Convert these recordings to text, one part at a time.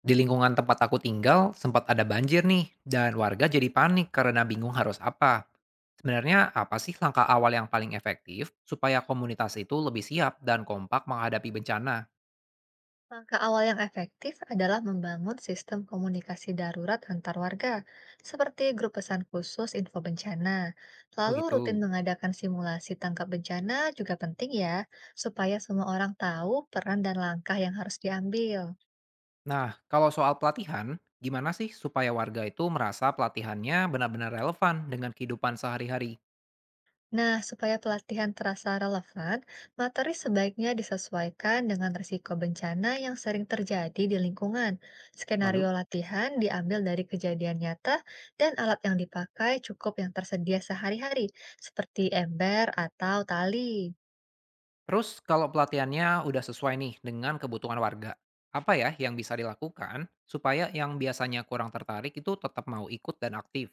Di lingkungan tempat aku tinggal, sempat ada banjir nih, dan warga jadi panik karena bingung harus apa. Sebenarnya apa sih langkah awal yang paling efektif supaya komunitas itu lebih siap dan kompak menghadapi bencana? Langkah awal yang efektif adalah membangun sistem komunikasi darurat antar warga, seperti grup pesan khusus info bencana. Oh Lalu rutin gitu. mengadakan simulasi tangkap bencana juga penting ya, supaya semua orang tahu peran dan langkah yang harus diambil. Nah, kalau soal pelatihan, gimana sih supaya warga itu merasa pelatihannya benar-benar relevan dengan kehidupan sehari-hari? Nah, supaya pelatihan terasa relevan, materi sebaiknya disesuaikan dengan risiko bencana yang sering terjadi di lingkungan. Skenario Lalu, latihan diambil dari kejadian nyata dan alat yang dipakai cukup yang tersedia sehari-hari, seperti ember atau tali. terus kalau pelatihannya udah sesuai nih dengan kebutuhan warga, apa ya yang bisa dilakukan supaya yang biasanya kurang tertarik itu tetap mau ikut dan aktif?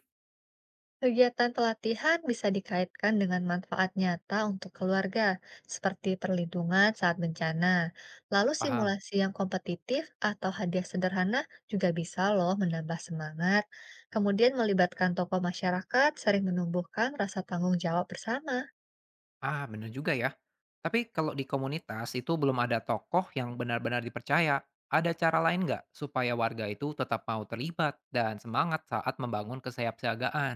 Kegiatan pelatihan bisa dikaitkan dengan manfaat nyata untuk keluarga, seperti perlindungan saat bencana. Lalu Paham. simulasi yang kompetitif atau hadiah sederhana juga bisa loh menambah semangat. Kemudian melibatkan tokoh masyarakat sering menumbuhkan rasa tanggung jawab bersama. Ah, bener juga ya. Tapi kalau di komunitas itu belum ada tokoh yang benar-benar dipercaya, ada cara lain nggak supaya warga itu tetap mau terlibat dan semangat saat membangun kesiapsiagaan?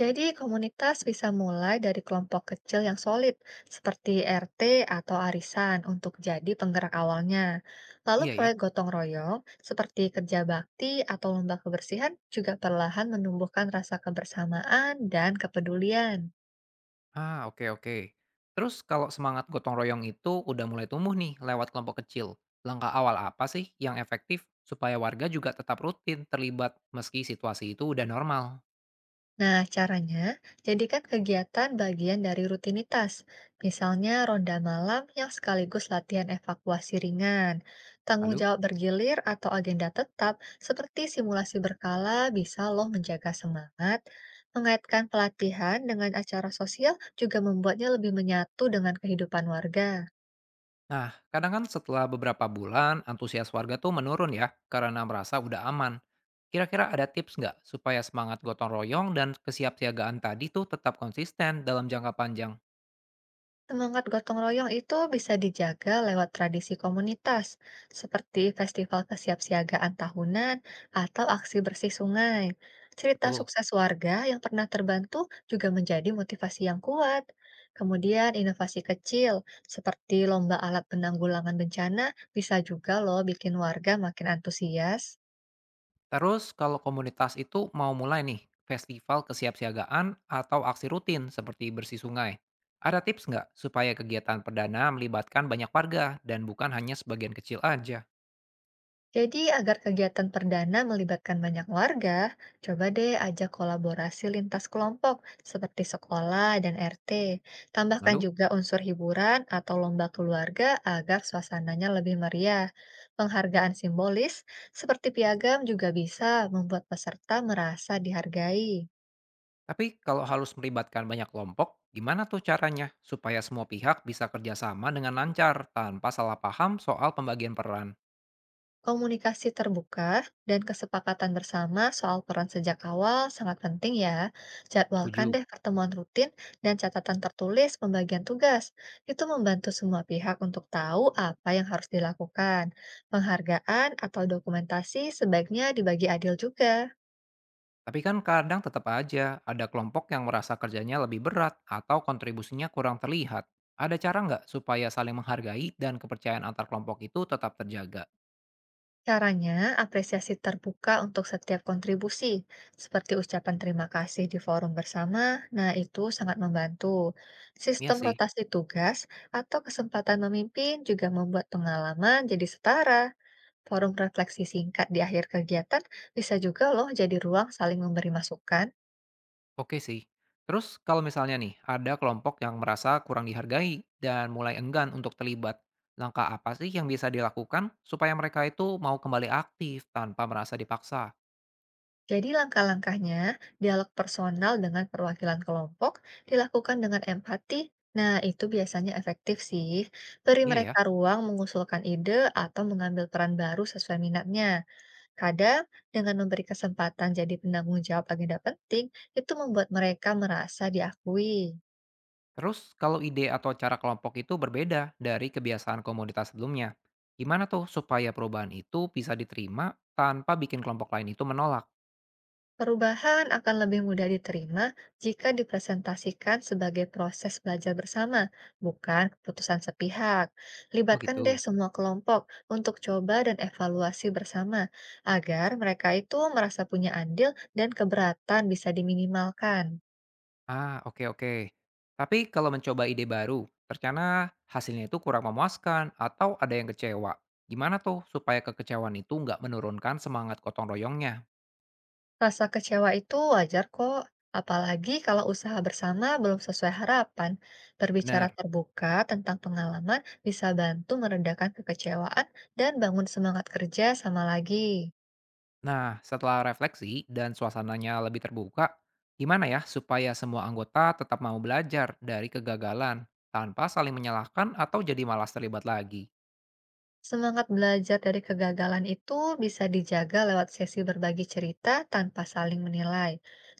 Jadi, komunitas bisa mulai dari kelompok kecil yang solid, seperti RT atau arisan, untuk jadi penggerak awalnya. Lalu, Iya ya. proyek gotong royong seperti kerja bakti atau lomba kebersihan juga perlahan menumbuhkan rasa kebersamaan dan kepedulian. Ah, oke oke. Terus kalau semangat gotong royong itu udah mulai tumbuh nih lewat kelompok kecil, langkah awal apa sih yang efektif supaya warga juga tetap rutin terlibat meski situasi itu udah normal? Nah, caranya jadikan kegiatan bagian dari rutinitas, misalnya ronda malam yang sekaligus latihan evakuasi ringan. Tanggung Lalu? jawab bergilir atau agenda tetap seperti simulasi berkala bisa loh menjaga semangat. Mengaitkan pelatihan dengan acara sosial juga membuatnya lebih menyatu dengan kehidupan warga. Nah, kadang kan setelah beberapa bulan, antusias warga tuh menurun ya, karena merasa udah aman. Kira-kira ada tips nggak supaya semangat gotong royong dan kesiapsiagaan tadi tuh tetap konsisten dalam jangka panjang? Semangat gotong royong itu bisa dijaga lewat tradisi komunitas, seperti festival kesiapsiagaan tahunan atau aksi bersih sungai. Cerita Betul. sukses warga yang pernah terbantu juga menjadi motivasi yang kuat. Kemudian inovasi kecil seperti lomba alat penanggulangan bencana bisa juga loh bikin warga makin antusias. Terus kalau komunitas itu mau mulai nih, festival kesiapsiagaan atau aksi rutin seperti bersih sungai. Ada tips nggak supaya kegiatan perdana melibatkan banyak warga dan bukan hanya sebagian kecil aja? Jadi, agar kegiatan perdana melibatkan banyak warga, coba deh ajak kolaborasi lintas kelompok seperti sekolah dan RT. Tambahkan Lalu? juga unsur hiburan atau lomba keluarga agar suasananya lebih meriah. Penghargaan simbolis seperti piagam juga bisa membuat peserta merasa dihargai. Tapi kalau harus melibatkan banyak kelompok, gimana tuh caranya supaya semua pihak bisa kerjasama dengan lancar tanpa salah paham soal pembagian peran? Komunikasi terbuka dan kesepakatan bersama soal peran sejak awal sangat penting ya. Jadwalkan Tujuh. deh pertemuan rutin dan catatan tertulis pembagian tugas. Itu membantu semua pihak untuk tahu apa yang harus dilakukan. Penghargaan atau dokumentasi sebaiknya dibagi adil juga. Tapi kan kadang tetap aja ada kelompok yang merasa kerjanya lebih berat atau kontribusinya kurang terlihat. Ada cara nggak supaya saling menghargai dan kepercayaan antar kelompok itu tetap terjaga? Caranya, apresiasi terbuka untuk setiap kontribusi, seperti ucapan terima kasih di forum bersama. Nah, itu sangat membantu. Iya Sistem sih. rotasi tugas atau kesempatan memimpin juga membuat pengalaman jadi setara. Forum refleksi singkat di akhir kegiatan bisa juga loh jadi ruang saling memberi masukan. Oke sih. Terus kalau misalnya nih, ada kelompok yang merasa kurang dihargai dan mulai enggan untuk terlibat, langkah apa sih yang bisa dilakukan supaya mereka itu mau kembali aktif tanpa merasa dipaksa? Jadi langkah-langkahnya, dialog personal dengan perwakilan kelompok dilakukan dengan empati. Nah, itu biasanya efektif sih. Beri Iya ya. mereka ruang mengusulkan ide atau mengambil peran baru sesuai minatnya. Kadang, dengan memberi kesempatan jadi penanggung jawab agenda penting, itu membuat mereka merasa diakui. Terus kalau ide atau cara kelompok itu berbeda dari kebiasaan komunitas sebelumnya, gimana tuh supaya perubahan itu bisa diterima tanpa bikin kelompok lain itu menolak? Perubahan akan lebih mudah diterima jika dipresentasikan sebagai proses belajar bersama, bukan keputusan sepihak. Oh Libatkan deh gitu. semua kelompok untuk coba dan evaluasi bersama, agar mereka itu merasa punya andil dan keberatan bisa diminimalkan. Ah, oke oke. Tapi kalau mencoba ide baru, ternyata hasilnya itu kurang memuaskan atau ada yang kecewa. Gimana tuh supaya kekecewaan itu nggak menurunkan semangat gotong royongnya? Rasa kecewa itu wajar kok, apalagi kalau usaha bersama belum sesuai harapan. Berbicara Benar. terbuka tentang pengalaman bisa bantu meredakan kekecewaan dan bangun semangat kerja sama lagi. Nah, setelah refleksi dan suasananya lebih terbuka, gimana ya supaya semua anggota tetap mau belajar dari kegagalan tanpa saling menyalahkan atau jadi malas terlibat lagi? Semangat belajar dari kegagalan itu bisa dijaga lewat sesi berbagi cerita tanpa saling menilai,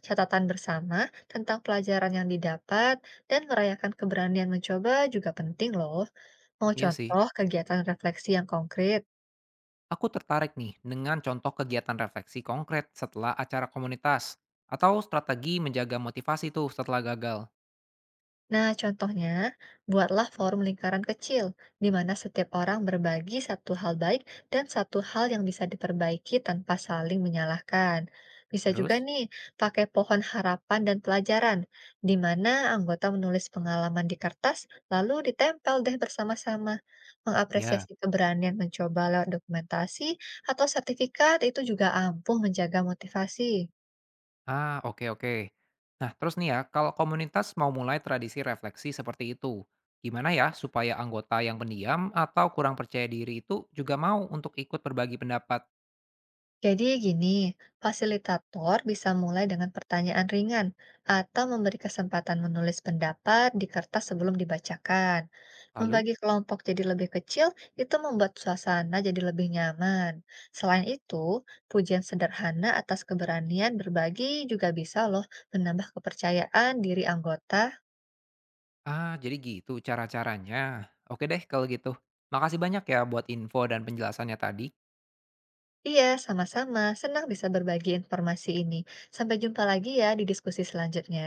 catatan bersama tentang pelajaran yang didapat, dan merayakan keberanian mencoba juga penting loh. Mau Iya sih. contoh kegiatan refleksi yang konkret? Aku tertarik nih dengan contoh kegiatan refleksi konkret setelah acara komunitas atau strategi menjaga motivasi tuh setelah gagal. Nah, contohnya, buatlah forum lingkaran kecil, di mana setiap orang berbagi satu hal baik dan satu hal yang bisa diperbaiki tanpa saling menyalahkan. Bisa juga Terus? nih, pakai pohon harapan dan pelajaran, di mana anggota menulis pengalaman di kertas, lalu ditempel deh bersama-sama. Ya. Mengapresiasi keberanian mencoba lewat dokumentasi atau sertifikat itu juga ampuh menjaga motivasi. Ah, oke oke. Nah, terus nih ya, kalau komunitas mau mulai tradisi refleksi seperti itu, gimana ya supaya anggota yang pendiam atau kurang percaya diri itu juga mau untuk ikut berbagi pendapat? Jadi gini, fasilitator bisa mulai dengan pertanyaan ringan atau memberi kesempatan menulis pendapat di kertas sebelum dibacakan. Lalu? Membagi kelompok jadi lebih kecil itu membuat suasana jadi lebih nyaman. Selain itu, pujian sederhana atas keberanian berbagi juga bisa loh menambah kepercayaan diri anggota. Ah, jadi gitu cara-caranya. Oke deh kalau gitu. Makasih banyak ya buat info dan penjelasannya tadi. Iya, sama-sama. Senang bisa berbagi informasi ini. Sampai jumpa lagi ya di diskusi selanjutnya.